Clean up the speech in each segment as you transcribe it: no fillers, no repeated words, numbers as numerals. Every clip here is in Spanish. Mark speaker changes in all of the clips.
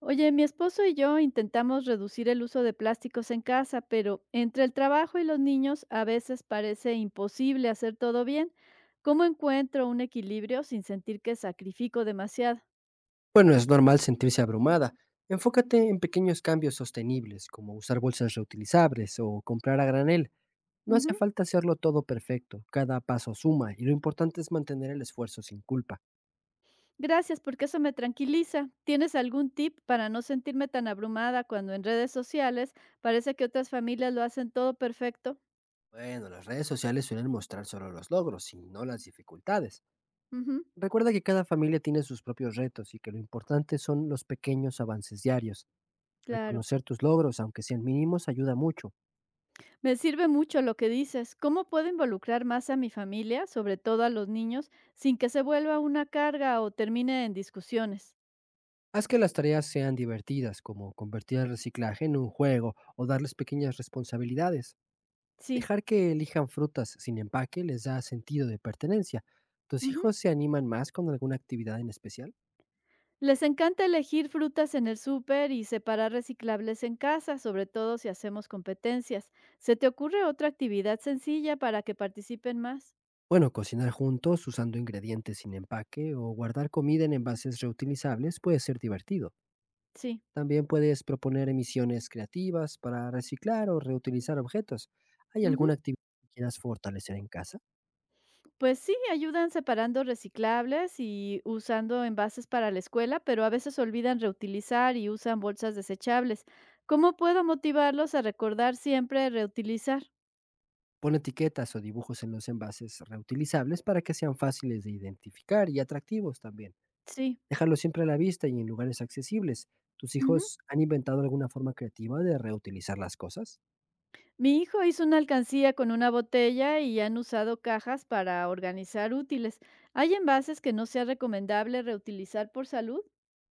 Speaker 1: Oye, mi esposo y yo intentamos reducir el uso de plásticos en casa, pero entre el trabajo y los niños a veces parece imposible hacer todo bien. ¿Cómo encuentro un equilibrio sin sentir que sacrifico demasiado?
Speaker 2: Bueno, es normal sentirse abrumada. Enfócate en pequeños cambios sostenibles, como usar bolsas reutilizables o comprar a granel. No hace
Speaker 1: Ujú.
Speaker 2: falta hacerlo todo perfecto, cada paso suma y lo importante es mantener el esfuerzo sin culpa.
Speaker 1: Gracias, porque eso me tranquiliza. ¿Tienes algún tip para no sentirme tan abrumada cuando en redes sociales parece que otras familias lo hacen todo perfecto?
Speaker 2: Bueno, las redes sociales suelen mostrar solo los logros y no las dificultades.
Speaker 1: Ujú.
Speaker 2: Recuerda que cada familia tiene sus propios retos y que lo importante son los pequeños avances diarios.
Speaker 1: Claro.
Speaker 2: Reconocer tus logros, aunque sean mínimos, ayuda mucho.
Speaker 1: Me sirve mucho lo que dices. ¿Cómo puedo involucrar más a mi familia, sobre todo a los niños, sin que se vuelva una carga o termine en discusiones?
Speaker 2: Haz que las tareas sean divertidas, como convertir el reciclaje en un juego o darles pequeñas responsabilidades.
Speaker 1: Sí.
Speaker 2: Dejar que elijan frutas sin empaque les da sentido de pertenencia. ¿Tus
Speaker 1: Ujú.
Speaker 2: hijos se animan más con alguna actividad en especial?
Speaker 1: Les encanta elegir frutas en el súper y separar reciclables en casa, sobre todo si hacemos competencias. ¿Se te ocurre otra actividad sencilla para que participen más?
Speaker 2: Bueno, cocinar juntos usando ingredientes sin empaque o guardar comida en envases reutilizables puede ser divertido.
Speaker 1: Sí.
Speaker 2: También puedes proponer emisiones creativas para reciclar o reutilizar objetos. ¿Hay
Speaker 1: Ujú.
Speaker 2: alguna actividad que quieras fortalecer en casa?
Speaker 1: Pues sí, ayudan separando reciclables y usando envases para la escuela, pero a veces olvidan reutilizar y usan bolsas desechables. ¿Cómo puedo motivarlos a recordar siempre reutilizar?
Speaker 2: Pon etiquetas o dibujos en los envases reutilizables para que sean fáciles de identificar y atractivos también.
Speaker 1: Sí.
Speaker 2: Déjalos siempre a la vista y en lugares accesibles. ¿Tus
Speaker 1: Ujú.
Speaker 2: hijos han inventado alguna forma creativa de reutilizar las cosas?
Speaker 1: Mi hijo hizo una alcancía con una botella y han usado cajas para organizar útiles. ¿Hay envases que no sea recomendable reutilizar por salud?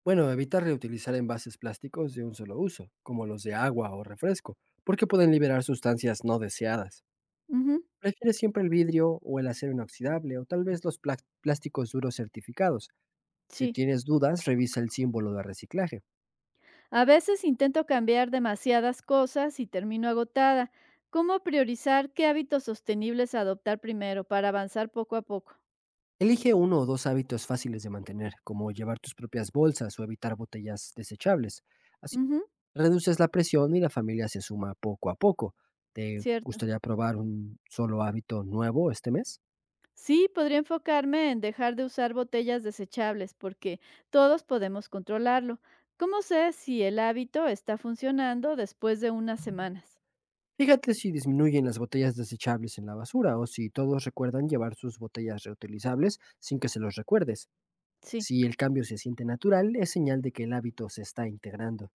Speaker 2: Bueno, evita reutilizar envases plásticos de un solo uso, como los de agua o refresco, porque pueden liberar sustancias no deseadas.
Speaker 1: Ujú.
Speaker 2: Prefiere siempre el vidrio o el acero inoxidable o tal vez los plásticos duros certificados. Si
Speaker 1: Sí.
Speaker 2: tienes dudas, revisa el símbolo de reciclaje.
Speaker 1: A veces intento cambiar demasiadas cosas y termino agotada. ¿Cómo priorizar qué hábitos sostenibles adoptar primero para avanzar poco a poco?
Speaker 2: Elige uno o dos hábitos fáciles de mantener, como llevar tus propias bolsas o evitar botellas desechables. Así
Speaker 1: Ujú.
Speaker 2: reduces la presión y la familia se suma poco a poco. ¿Te
Speaker 1: Cierto.
Speaker 2: gustaría probar un solo hábito nuevo este mes?
Speaker 1: Sí, podría enfocarme en dejar de usar botellas desechables porque todos podemos controlarlo. ¿Cómo sé si el hábito está funcionando después de unas semanas?
Speaker 2: Fíjate si disminuyen las botellas desechables en la basura o si todos recuerdan llevar sus botellas reutilizables sin que se los recuerdes.
Speaker 1: Sí.
Speaker 2: Si el cambio se siente natural, es señal de que el hábito se está integrando.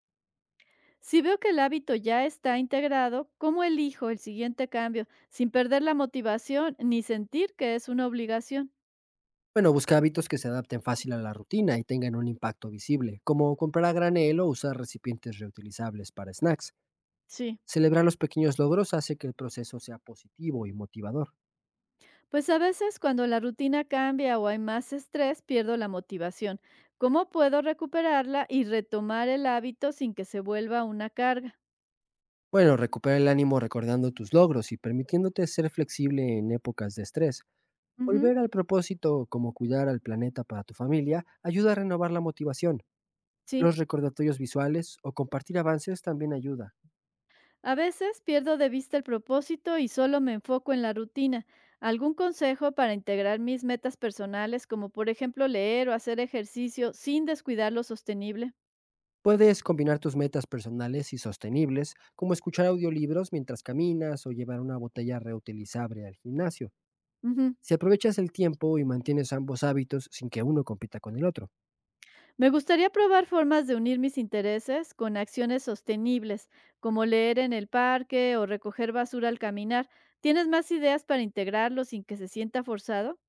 Speaker 1: Si veo que el hábito ya está integrado, ¿cómo elijo el siguiente cambio sin perder la motivación ni sentir que es una obligación?
Speaker 2: Bueno, busca hábitos que se adapten fácil a la rutina y tengan un impacto visible, como comprar a granel o usar recipientes reutilizables para snacks.
Speaker 1: Sí.
Speaker 2: Celebrar los pequeños logros hace que el proceso sea positivo y motivador.
Speaker 1: Pues a veces cuando la rutina cambia o hay más estrés, pierdo la motivación. ¿Cómo puedo recuperarla y retomar el hábito sin que se vuelva una carga?
Speaker 2: Bueno, recupera el ánimo recordando tus logros y permitiéndote ser flexible en épocas de estrés.
Speaker 1: Ujú.
Speaker 2: Volver al propósito como cuidar al planeta para tu familia ayuda a renovar la motivación.
Speaker 1: Sí.
Speaker 2: Los recordatorios visuales o compartir avances también ayuda.
Speaker 1: A veces pierdo de vista el propósito y solo me enfoco en la rutina. ¿Algún consejo para integrar mis metas personales, como por ejemplo leer o hacer ejercicio sin descuidar lo sostenible?
Speaker 2: Puedes combinar tus metas personales y sostenibles, como escuchar audiolibros mientras caminas o llevar una botella reutilizable al gimnasio.
Speaker 1: Ujú.
Speaker 2: Si aprovechas el tiempo y mantienes ambos hábitos sin que uno compita con el otro.
Speaker 1: Me gustaría probar formas de unir mis intereses con acciones sostenibles, como leer en el parque o recoger basura al caminar. ¿Tienes más ideas para integrarlo sin que se sienta forzado?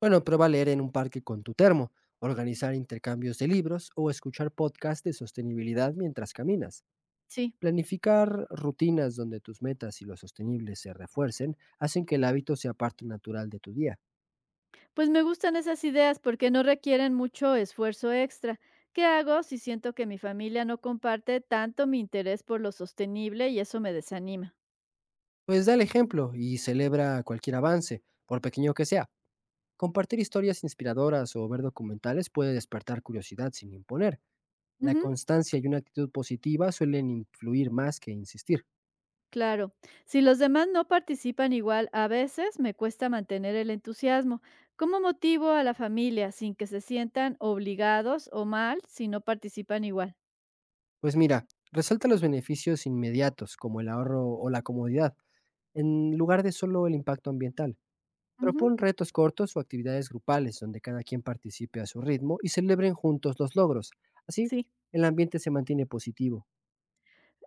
Speaker 2: Bueno, prueba leer en un parque con tu termo, organizar intercambios de libros o escuchar podcasts de sostenibilidad mientras caminas.
Speaker 1: Sí,
Speaker 2: Planificar rutinas donde tus metas y lo sostenible se refuercen hacen que el hábito sea parte natural de tu día.
Speaker 1: pues me gustan esas ideas porque no requieren mucho esfuerzo extra. ¿Qué hago si siento que mi familia no comparte tanto mi interés por lo sostenible y eso me desanima?
Speaker 2: Pues da el ejemplo y celebra cualquier avance, por pequeño que sea. Compartir historias inspiradoras o ver documentales puede despertar curiosidad sin imponer. La
Speaker 1: Ujú.
Speaker 2: constancia y una actitud positiva suelen influir más que insistir.
Speaker 1: Claro, si los demás no participan igual, a veces me cuesta mantener el entusiasmo. ¿Cómo motivo a la familia sin que se sientan obligados o mal si no participan igual?
Speaker 2: Pues mira, resalta los beneficios inmediatos como el ahorro o la comodidad, en lugar de solo el impacto ambiental.
Speaker 1: Ujú.
Speaker 2: Propon retos cortos o actividades grupales donde cada quien participe a su ritmo y celebren juntos los logros. Así,
Speaker 1: Sí,
Speaker 2: el ambiente se mantiene positivo.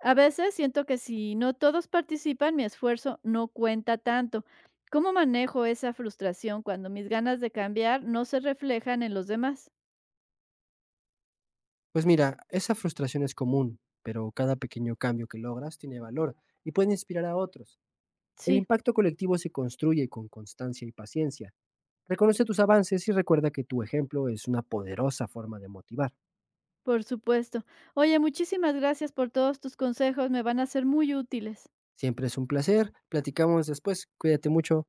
Speaker 1: a veces siento que si no todos participan, mi esfuerzo no cuenta tanto. ¿Cómo manejo esa frustración cuando mis ganas de cambiar no se reflejan en los demás?
Speaker 2: Pues mira, esa frustración es común, pero cada pequeño cambio que logras tiene valor y puede inspirar a otros. El
Speaker 1: Sí,
Speaker 2: impacto colectivo se construye con constancia y paciencia. Reconoce tus avances y recuerda que tu ejemplo es una poderosa forma de motivar.
Speaker 1: por supuesto. Oye, muchísimas gracias por todos tus consejos, me van a ser muy útiles.
Speaker 2: Siempre es un placer. Platicamos después. Cuídate mucho.